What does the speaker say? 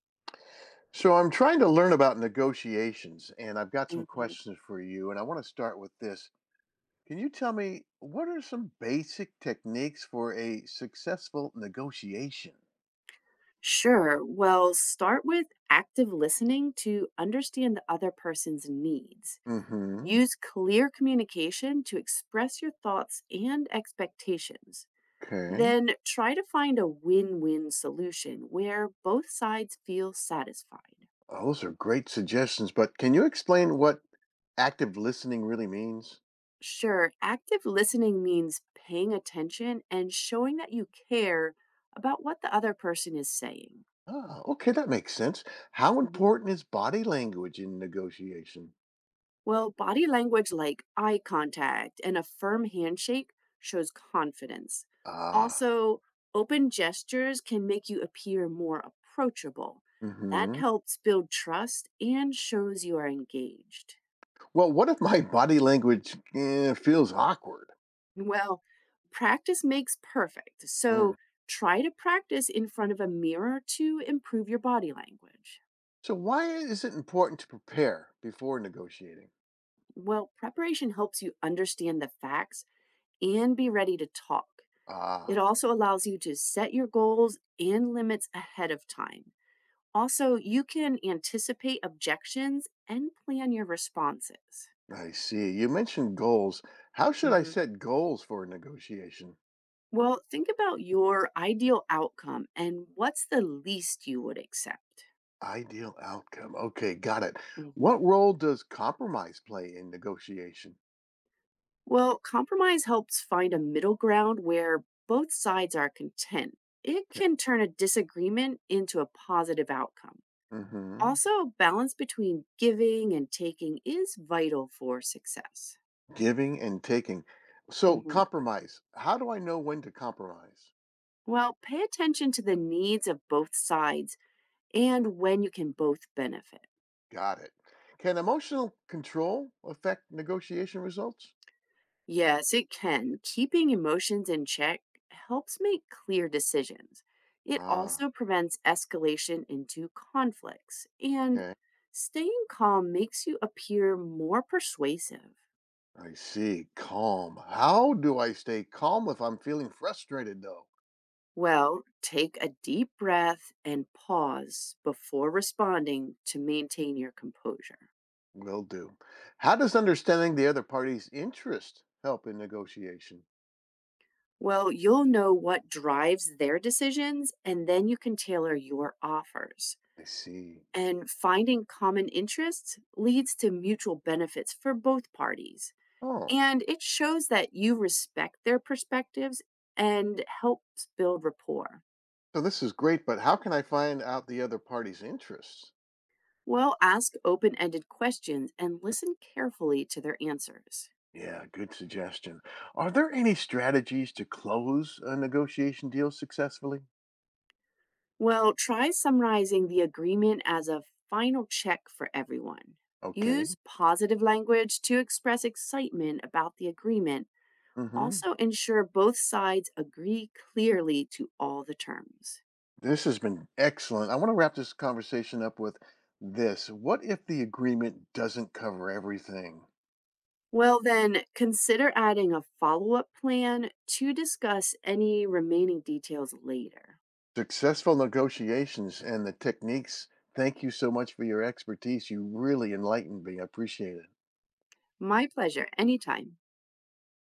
So I'm trying to learn about negotiations, and I've got some Mhm. questions for you. And I want to start with this. Can you tell me what are some basic techniques for a successful negotiation? Sure. Well, start with active listening to understand the other person's needs. Mm-hmm. Use clear communication to express your thoughts and expectations. Okay. Then try to find a win win solution where both sides feel satisfied. Those are great suggestions, but can you explain what active listening really means? Sure, active listening means paying attention and showing that you care about what the other person is saying. Ah, okay, that makes sense. How Mhm. important is body language in negotiation? Well, body language like eye contact and a firm handshake shows confidence. Ah, Also, open gestures can make you appear more approachable. That mm-hmm. helps build trust and shows you are engaged. Well, what if my body language feels awkward? Well, practice makes perfect. So try to practice in front of a mirror to improve your body language. So, why is it important to prepare before negotiating? Well, preparation helps you understand the facts and be ready to talk. It Ah, also allows you to set your goals and limits ahead of time. Also, you can anticipate objections and plan your responses. I see. You mentioned goals. How should I Mhm. set goals for a negotiation? Well, think about your ideal outcome and what's the least you would accept. Ideal outcome. Okay, got it. Mhm. What role does compromise play in negotiation? Well, compromise helps find a middle ground where both sides are content. It Okay. can turn a disagreement into a positive outcome. Hmm. Also, balance between giving and taking is vital for success. Giving and taking. So, Mhm. compromise. How do I know when to compromise? Well, pay attention to the needs of both sides and when you can both benefit. Got it. Can emotional control affect negotiation results? Yes, it can. Keeping emotions in check helps make clear decisions. It Ah, also prevents escalation into conflicts, and okay. staying calm makes you appear more persuasive. I see. Calm. How do I stay calm if I'm feeling frustrated, though? Well, take a deep breath and pause before responding to maintain your composure. Will do. How does understanding the other party's interest help in negotiation? Well, you'll know what drives their decisions, and then you can tailor your offers. I see. And finding common interests leads to mutual benefits for both parties. Oh, And it shows that you respect their perspectives and helps build rapport. so this is great, but how can I find out the other party's interests? Well, ask open ended questions and listen carefully to their answers. Yeah, good suggestion. Are there any strategies to close a negotiation deal successfully? Well, try summarizing the agreement as a final check for everyone. Okay. Use positive language to express excitement about the agreement. Mm-hmm. Also, ensure both sides agree clearly to all the terms. This has been excellent. I want to wrap this conversation up with this. What if the agreement doesn't cover everything? Well, then, consider adding a follow up plan to discuss any remaining details later. Successful negotiations and the techniques. Thank you so much for your expertise. You really enlightened me. I appreciate it. My pleasure, anytime.